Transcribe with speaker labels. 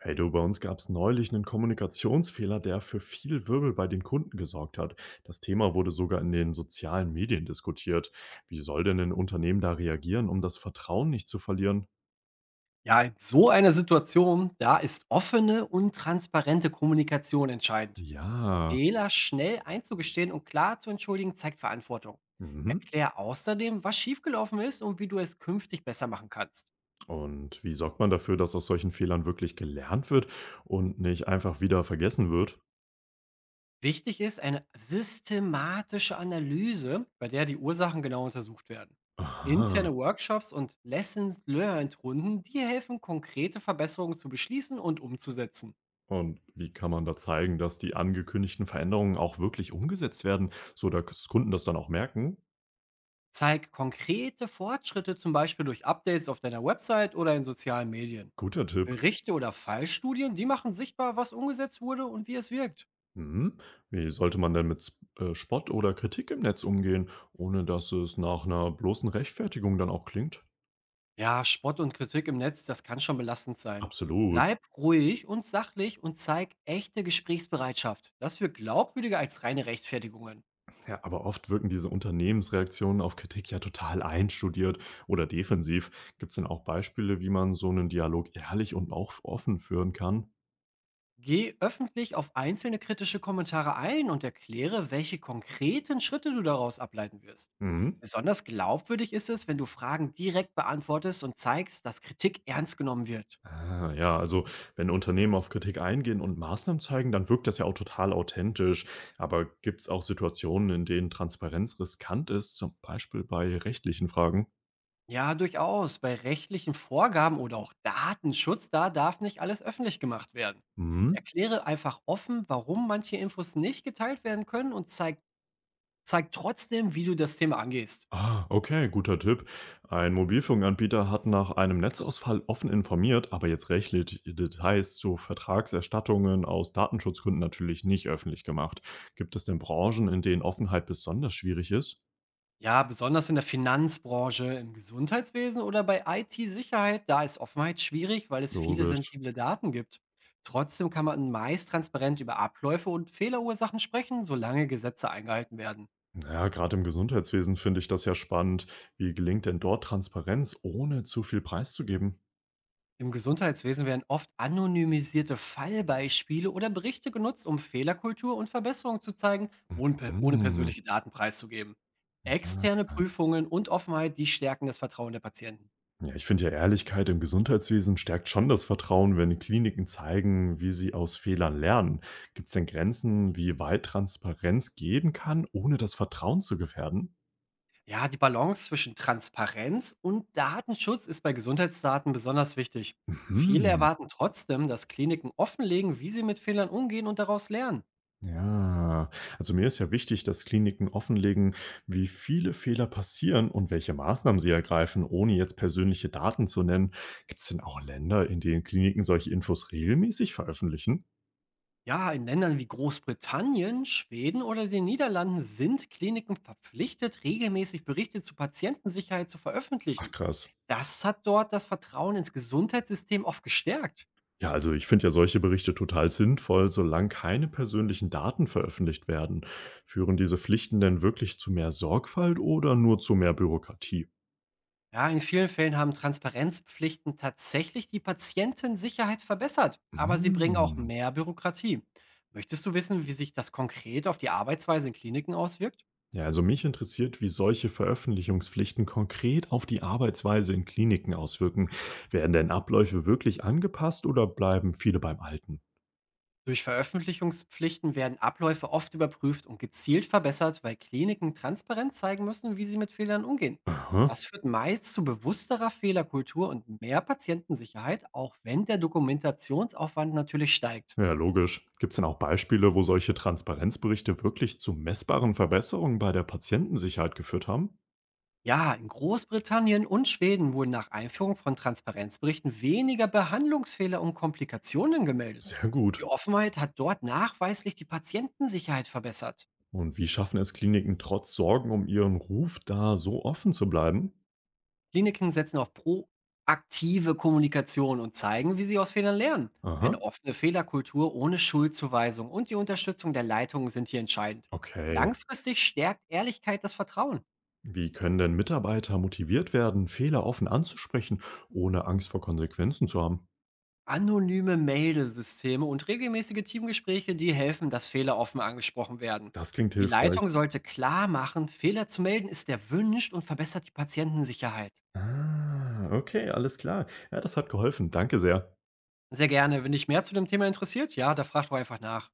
Speaker 1: Hey du, bei uns gab es neulich einen Kommunikationsfehler, der für viel Wirbel bei den Kunden gesorgt hat. Das Thema wurde sogar in den sozialen Medien diskutiert. Wie soll denn ein Unternehmen da reagieren, um das Vertrauen nicht zu verlieren?
Speaker 2: Ja, in so einer Situation, da ist offene und transparente Kommunikation entscheidend.
Speaker 1: Ja.
Speaker 2: Fehler schnell einzugestehen und klar zu entschuldigen, zeigt Verantwortung.
Speaker 1: Mhm.
Speaker 2: Erklär außerdem, was schiefgelaufen ist und wie du es künftig besser machen kannst.
Speaker 1: Und wie sorgt man dafür, dass aus solchen Fehlern wirklich gelernt wird und nicht einfach wieder vergessen wird?
Speaker 2: Wichtig ist eine systematische Analyse, bei der die Ursachen genau untersucht werden.
Speaker 1: Aha.
Speaker 2: Interne Workshops und Lessons Learned Runden, die helfen, konkrete Verbesserungen zu beschließen und umzusetzen.
Speaker 1: Und wie kann man da zeigen, dass die angekündigten Veränderungen auch wirklich umgesetzt werden, so dass Kunden das dann auch merken?
Speaker 2: Zeig konkrete Fortschritte, zum Beispiel durch Updates auf deiner Website oder in sozialen Medien.
Speaker 1: Guter Tipp.
Speaker 2: Berichte oder Fallstudien, die machen sichtbar, was umgesetzt wurde und wie es wirkt.
Speaker 1: Mhm. Wie sollte man denn mit S Spott oder Kritik im Netz umgehen, ohne dass es nach einer bloßen Rechtfertigung dann auch klingt?
Speaker 2: Ja, Spott und Kritik im Netz, das kann schon belastend sein.
Speaker 1: Absolut.
Speaker 2: Bleib ruhig und sachlich und zeig echte Gesprächsbereitschaft. Das wirkt glaubwürdiger als reine Rechtfertigungen.
Speaker 1: Ja. Aber oft wirken diese Unternehmensreaktionen auf Kritik ja total einstudiert oder defensiv. Gibt es denn auch Beispiele, wie man so einen Dialog ehrlich und auch offen führen kann?
Speaker 2: Geh öffentlich auf einzelne kritische Kommentare ein und erkläre, welche konkreten Schritte du daraus ableiten wirst.
Speaker 1: Mhm.
Speaker 2: Besonders glaubwürdig ist es, wenn du Fragen direkt beantwortest und zeigst, dass Kritik ernst genommen wird.
Speaker 1: Ah, ja, also, wenn Unternehmen auf Kritik eingehen und Maßnahmen zeigen, dann wirkt das ja auch total authentisch. Aber gibt es auch Situationen, in denen Transparenz riskant ist, zum Beispiel bei rechtlichen Fragen?
Speaker 2: Ja, durchaus. Bei rechtlichen Vorgaben oder auch Datenschutz, da darf nicht alles öffentlich gemacht werden.
Speaker 1: Mhm.
Speaker 2: Erkläre einfach offen, warum manche Infos nicht geteilt werden können und zeig trotzdem, wie du das Thema angehst.
Speaker 1: Ah, okay, guter Tipp. Ein Mobilfunkanbieter hat nach einem Netzausfall offen informiert, aber jetzt rechtliche Details zu Vertragserstattungen aus Datenschutzgründen natürlich nicht öffentlich gemacht. Gibt es denn Branchen, in denen Offenheit besonders schwierig ist?
Speaker 2: Ja, besonders in der Finanzbranche, im Gesundheitswesen oder bei IT-Sicherheit, da ist Offenheit schwierig, weil es viele
Speaker 1: Logisch.
Speaker 2: sensible Daten gibt. Trotzdem kann man meist transparent über Abläufe und Fehlerursachen sprechen, solange Gesetze eingehalten werden.
Speaker 1: Ja, gerade im Gesundheitswesen finde ich das ja spannend. Wie gelingt denn dort Transparenz, ohne zu viel preiszugeben?
Speaker 2: Im Gesundheitswesen werden oft anonymisierte Fallbeispiele oder Berichte genutzt, um Fehlerkultur und Verbesserungen zu zeigen, ohne
Speaker 1: Hm,
Speaker 2: persönliche Daten preiszugeben. Externe
Speaker 1: ja.
Speaker 2: Prüfungen und Offenheit, die stärken das Vertrauen der Patienten.
Speaker 1: Ja, ich finde ja, Ehrlichkeit im Gesundheitswesen stärkt schon das Vertrauen, wenn Kliniken zeigen, wie sie aus Fehlern lernen. Gibt es denn Grenzen, wie weit Transparenz gehen kann, ohne das Vertrauen zu gefährden?
Speaker 2: Ja, die Balance zwischen Transparenz und Datenschutz ist bei Gesundheitsdaten besonders wichtig. Viele
Speaker 1: Mhm.
Speaker 2: erwarten trotzdem, dass Kliniken offenlegen, wie sie mit Fehlern umgehen und daraus lernen.
Speaker 1: Ja, also mir ist ja wichtig, dass Kliniken offenlegen, wie viele Fehler passieren und welche Maßnahmen sie ergreifen, ohne jetzt persönliche Daten zu nennen. Gibt es denn auch Länder, in denen Kliniken solche Infos regelmäßig veröffentlichen?
Speaker 2: Ja, in Ländern wie Großbritannien, Schweden oder den Niederlanden sind Kliniken verpflichtet, regelmäßig Berichte zur Patientensicherheit zu
Speaker 1: Ach
Speaker 2: veröffentlichen.
Speaker 1: krass.
Speaker 2: Das hat dort das Vertrauen ins Gesundheitssystem oft gestärkt.
Speaker 1: Ja, also ich finde ja solche Berichte total sinnvoll, solange keine persönlichen Daten veröffentlicht werden. Führen diese Pflichten denn wirklich zu mehr Sorgfalt oder nur zu mehr Bürokratie?
Speaker 2: Ja, in vielen Fällen haben Transparenzpflichten tatsächlich die Patientensicherheit verbessert, aber sie bringen auch
Speaker 1: Mm.
Speaker 2: mehr Bürokratie. Möchtest du wissen, wie sich das konkret auf die Arbeitsweise in Kliniken auswirkt?
Speaker 1: Ja, also mich interessiert, wie solche Veröffentlichungspflichten konkret auf die Arbeitsweise in Kliniken auswirken. Werden denn Abläufe wirklich angepasst oder bleiben viele beim Alten?
Speaker 2: Durch Veröffentlichungspflichten werden Abläufe oft überprüft und gezielt verbessert, weil Kliniken transparent zeigen müssen, wie sie mit Fehlern umgehen.
Speaker 1: Aha.
Speaker 2: Das führt meist zu bewussterer Fehlerkultur und mehr Patientensicherheit, auch wenn der Dokumentationsaufwand natürlich steigt.
Speaker 1: Ja, logisch. Gibt es denn auch Beispiele, wo solche Transparenzberichte wirklich zu messbaren Verbesserungen bei der Patientensicherheit geführt haben?
Speaker 2: Ja, in Großbritannien und Schweden wurden nach Einführung von Transparenzberichten weniger Behandlungsfehler und Komplikationen gemeldet.
Speaker 1: Sehr
Speaker 2: Die
Speaker 1: gut.
Speaker 2: Offenheit hat dort nachweislich die Patientensicherheit verbessert.
Speaker 1: Und wie schaffen es Kliniken trotz Sorgen um ihren Ruf, da so offen zu bleiben?
Speaker 2: Kliniken setzen auf proaktive Kommunikation und zeigen, wie sie aus Fehlern lernen.
Speaker 1: Aha,
Speaker 2: Eine offene Fehlerkultur ohne Schuldzuweisung und die Unterstützung der Leitungen sind hier entscheidend.
Speaker 1: okay.
Speaker 2: Langfristig stärkt Ehrlichkeit das Vertrauen.
Speaker 1: Wie können denn Mitarbeiter motiviert werden, Fehler offen anzusprechen, ohne Angst vor Konsequenzen zu haben?
Speaker 2: Anonyme Meldesysteme und regelmäßige Teamgespräche, die helfen, dass Fehler offen angesprochen werden.
Speaker 1: Das klingt
Speaker 2: Die Leitung
Speaker 1: hilfreich.
Speaker 2: sollte klar machen, Fehler zu melden ist erwünscht und verbessert die Patientensicherheit.
Speaker 1: Ah, okay, alles klar. Ja, das hat geholfen. Danke sehr.
Speaker 2: Sehr gerne. Wenn dich mehr zu dem Thema interessiert, ja, da frag doch einfach nach.